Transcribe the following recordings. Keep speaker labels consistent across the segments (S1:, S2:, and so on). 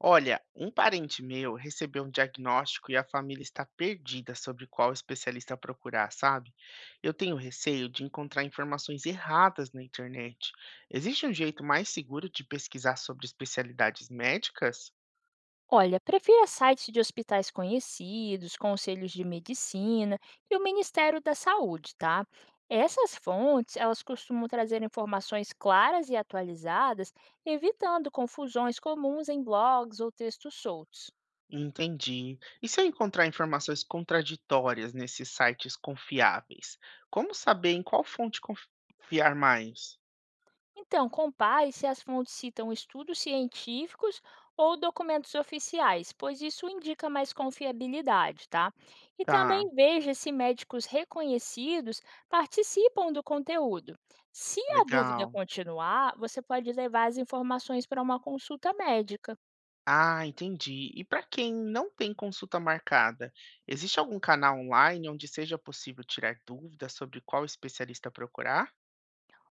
S1: Olha, um parente meu recebeu um diagnóstico e a família está perdida sobre qual especialista procurar, sabe? Eu tenho receio de encontrar informações erradas na internet. Existe um jeito mais seguro de pesquisar sobre especialidades médicas?
S2: Olha, prefira sites de hospitais conhecidos, conselhos de medicina e o Ministério da Saúde, tá? Essas fontes, elas costumam trazer informações claras e atualizadas, evitando confusões comuns em blogs ou textos soltos.
S1: Entendi. E se eu encontrar informações contraditórias nesses sites confiáveis? Como saber em qual fonte confiar mais?
S2: Então, compare se as fontes citam estudos científicos ou documentos oficiais, pois isso indica mais confiabilidade, tá? E
S1: Tá,
S2: também veja se médicos reconhecidos participam do conteúdo. Se a dúvida
S1: legal.
S2: continuar, você pode levar as informações para uma consulta médica.
S1: Ah, entendi. E para quem não tem consulta marcada, existe algum canal online onde seja possível tirar dúvidas sobre qual especialista procurar?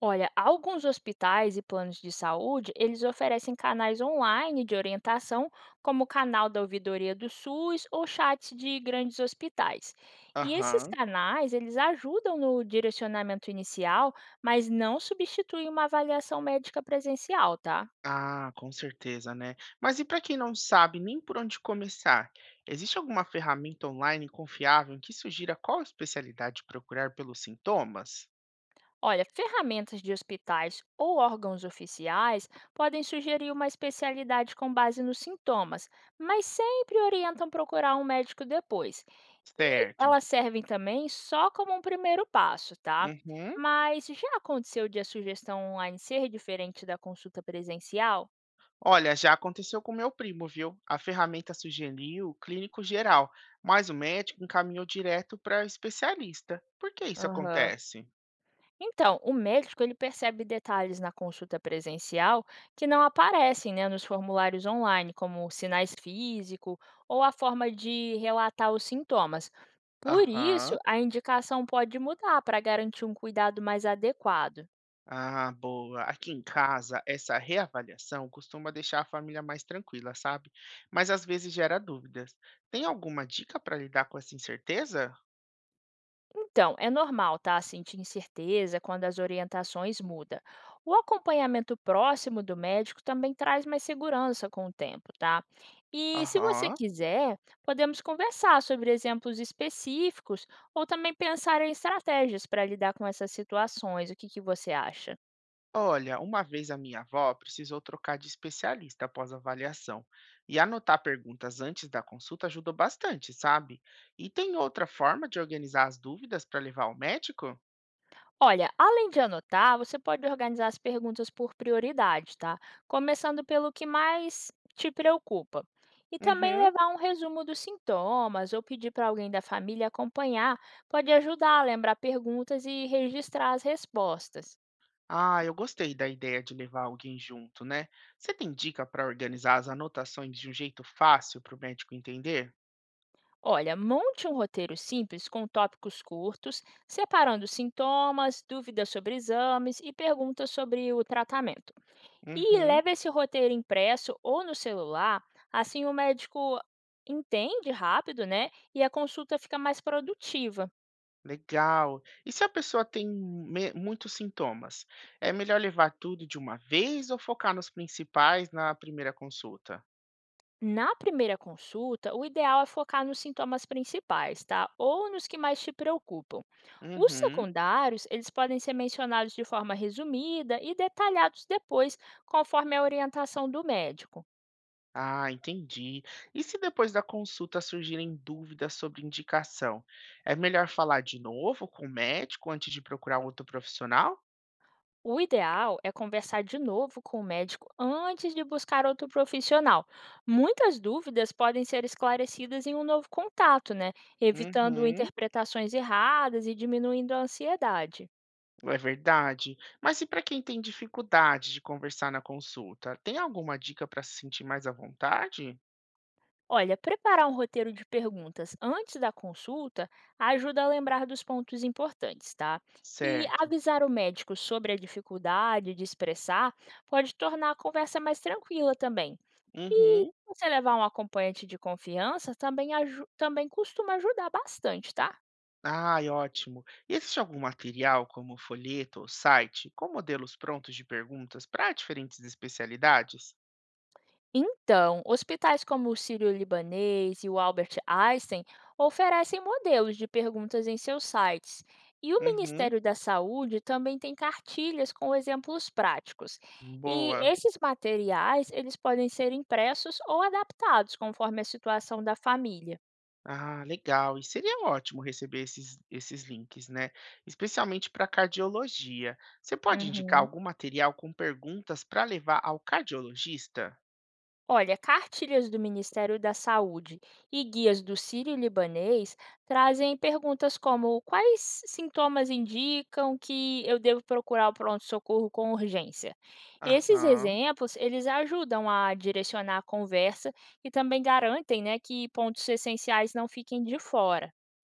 S2: Olha, alguns hospitais e planos de saúde, eles oferecem canais online de orientação, como o canal da ouvidoria do SUS ou chats de grandes hospitais. E esses
S1: Aham.
S2: canais, eles ajudam no direcionamento inicial, mas não substituem uma avaliação médica presencial, tá?
S1: Ah, com certeza, né? Mas e para quem não sabe nem por onde começar, existe alguma ferramenta online confiável que sugira qual especialidade procurar pelos sintomas?
S2: Olha, ferramentas de hospitais ou órgãos oficiais podem sugerir uma especialidade com base nos sintomas, mas sempre orientam procurar um médico depois. E
S1: Certo.
S2: elas servem também só como um primeiro passo, tá?
S1: Uhum.
S2: Mas já aconteceu de a sugestão online ser diferente da consulta presencial?
S1: Olha, já aconteceu com meu primo, viu? A ferramenta sugeriu o clínico geral, mas o médico encaminhou direto para especialista. Por que isso
S2: Aham.
S1: acontece?
S2: Então, o médico ele percebe detalhes na consulta presencial que não aparecem, né, nos formulários online, como sinais físicos ou a forma de relatar os sintomas. Por
S1: Aham.
S2: isso, a indicação pode mudar para garantir um cuidado mais adequado.
S1: Ah, boa. Aqui em casa, essa reavaliação costuma deixar a família mais tranquila, sabe? Mas às vezes gera dúvidas. Tem alguma dica para lidar com essa incerteza?
S2: Então, é normal, tá? Sentir incerteza quando as orientações mudam. O acompanhamento próximo do médico também traz mais segurança com o tempo, tá? E se você
S1: Aham.
S2: quiser, podemos conversar sobre exemplos específicos ou também pensar em estratégias para lidar com essas situações. O que que você acha?
S1: Olha, uma vez a minha avó precisou trocar de especialista após a avaliação, e anotar perguntas antes da consulta ajudou bastante, sabe? E tem outra forma de organizar as dúvidas para levar ao médico?
S2: Olha, além de anotar, você pode organizar as perguntas por prioridade, tá? Começando pelo que mais te preocupa. E também
S1: Uhum.
S2: levar um resumo dos sintomas ou pedir para alguém da família acompanhar pode ajudar a lembrar perguntas e registrar as respostas.
S1: Ah, eu gostei da ideia de levar alguém junto, né? Você tem dica para organizar as anotações de um jeito fácil para o médico entender?
S2: Olha, monte um roteiro simples com tópicos curtos, separando sintomas, dúvidas sobre exames e perguntas sobre o tratamento. E
S1: Uhum,
S2: leva esse roteiro impresso ou no celular, assim o médico entende rápido, né? E a consulta fica mais produtiva.
S1: legal. E se a pessoa muitos sintomas? É melhor levar tudo de uma vez ou focar nos principais na primeira consulta?
S2: Na primeira consulta, o ideal é focar nos sintomas principais, tá? Ou nos que mais te preocupam. Os
S1: Uhum.
S2: secundários, eles podem ser mencionados de forma resumida e detalhados depois, conforme a orientação do médico.
S1: Ah, entendi. E se depois da consulta surgirem dúvidas sobre indicação, é melhor falar de novo com o médico antes de procurar outro profissional?
S2: O ideal é conversar de novo com o médico antes de buscar outro profissional. Muitas dúvidas podem ser esclarecidas em um novo contato, né? Evitando
S1: Uhum,
S2: interpretações erradas e diminuindo a ansiedade.
S1: é verdade. Mas e para quem tem dificuldade de conversar na consulta, tem alguma dica para se sentir mais à vontade?
S2: Olha, preparar um roteiro de perguntas antes da consulta ajuda a lembrar dos pontos importantes, tá? E
S1: Certo.
S2: avisar o médico sobre a dificuldade de expressar pode tornar a conversa mais tranquila também. E
S1: Uhum.
S2: você levar um acompanhante de confiança também aju também costuma ajudar bastante, tá?
S1: Ai, ótimo. E existe algum material, como folheto ou site, com modelos prontos de perguntas para diferentes especialidades?
S2: Então, hospitais como o Sírio-Libanês e o Albert Einstein oferecem modelos de perguntas em seus sites. E o
S1: Uhum.
S2: Ministério da Saúde também tem cartilhas com exemplos práticos. E
S1: Boa.
S2: esses materiais, eles podem ser impressos ou adaptados conforme a situação da família.
S1: Ah, legal. E seria ótimo receber esses links, né? Especialmente para cardiologia. Você pode indicar
S2: Uhum.
S1: algum material com perguntas para levar ao cardiologista?
S2: Olha, cartilhas do Ministério da Saúde e guias do Sírio-Libanês trazem perguntas como quais sintomas indicam que eu devo procurar o pronto-socorro com urgência? Esses
S1: Aham.
S2: exemplos, eles ajudam a direcionar a conversa e também garantem, né, que pontos essenciais não fiquem de fora.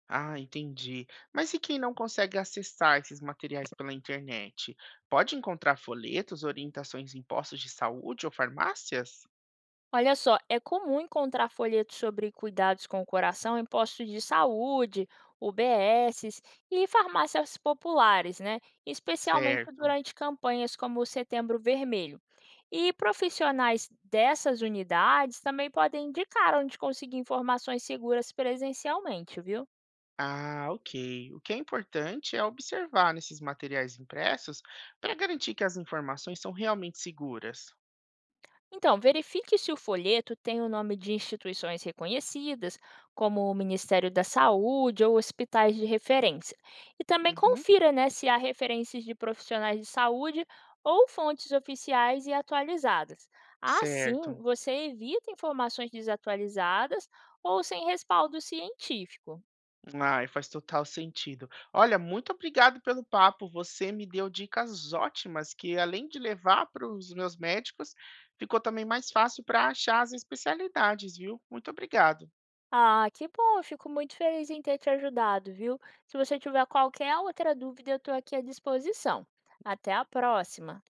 S1: Ah, entendi. Mas e quem não consegue acessar esses materiais pela internet? Pode encontrar folhetos, orientações em postos de saúde ou farmácias?
S2: Olha só, é comum encontrar folhetos sobre cuidados com o coração em postos de saúde, UBSs e farmácias populares, né? Especialmente
S1: Certo.
S2: durante campanhas como o Setembro Vermelho. E profissionais dessas unidades também podem indicar onde conseguir informações seguras presencialmente, viu?
S1: Ah, ok. O que é importante é observar nesses materiais impressos para garantir que as informações são realmente seguras.
S2: Então, verifique se o folheto tem o nome de instituições reconhecidas, como o Ministério da Saúde ou hospitais de referência. E também
S1: Uhum,
S2: confira, né, se há referências de profissionais de saúde ou fontes oficiais e atualizadas. Assim,
S1: certo.
S2: você evita informações desatualizadas ou sem respaldo científico.
S1: Ai, faz total sentido. Olha, muito obrigado pelo papo. Você me deu dicas ótimas que, além de levar para os meus médicos, ficou também mais fácil para achar as especialidades, viu? Muito obrigado.
S2: Ah, que bom, eu fico muito feliz em ter te ajudado, viu? Se você tiver qualquer outra dúvida, eu estou aqui à disposição. Até a próxima!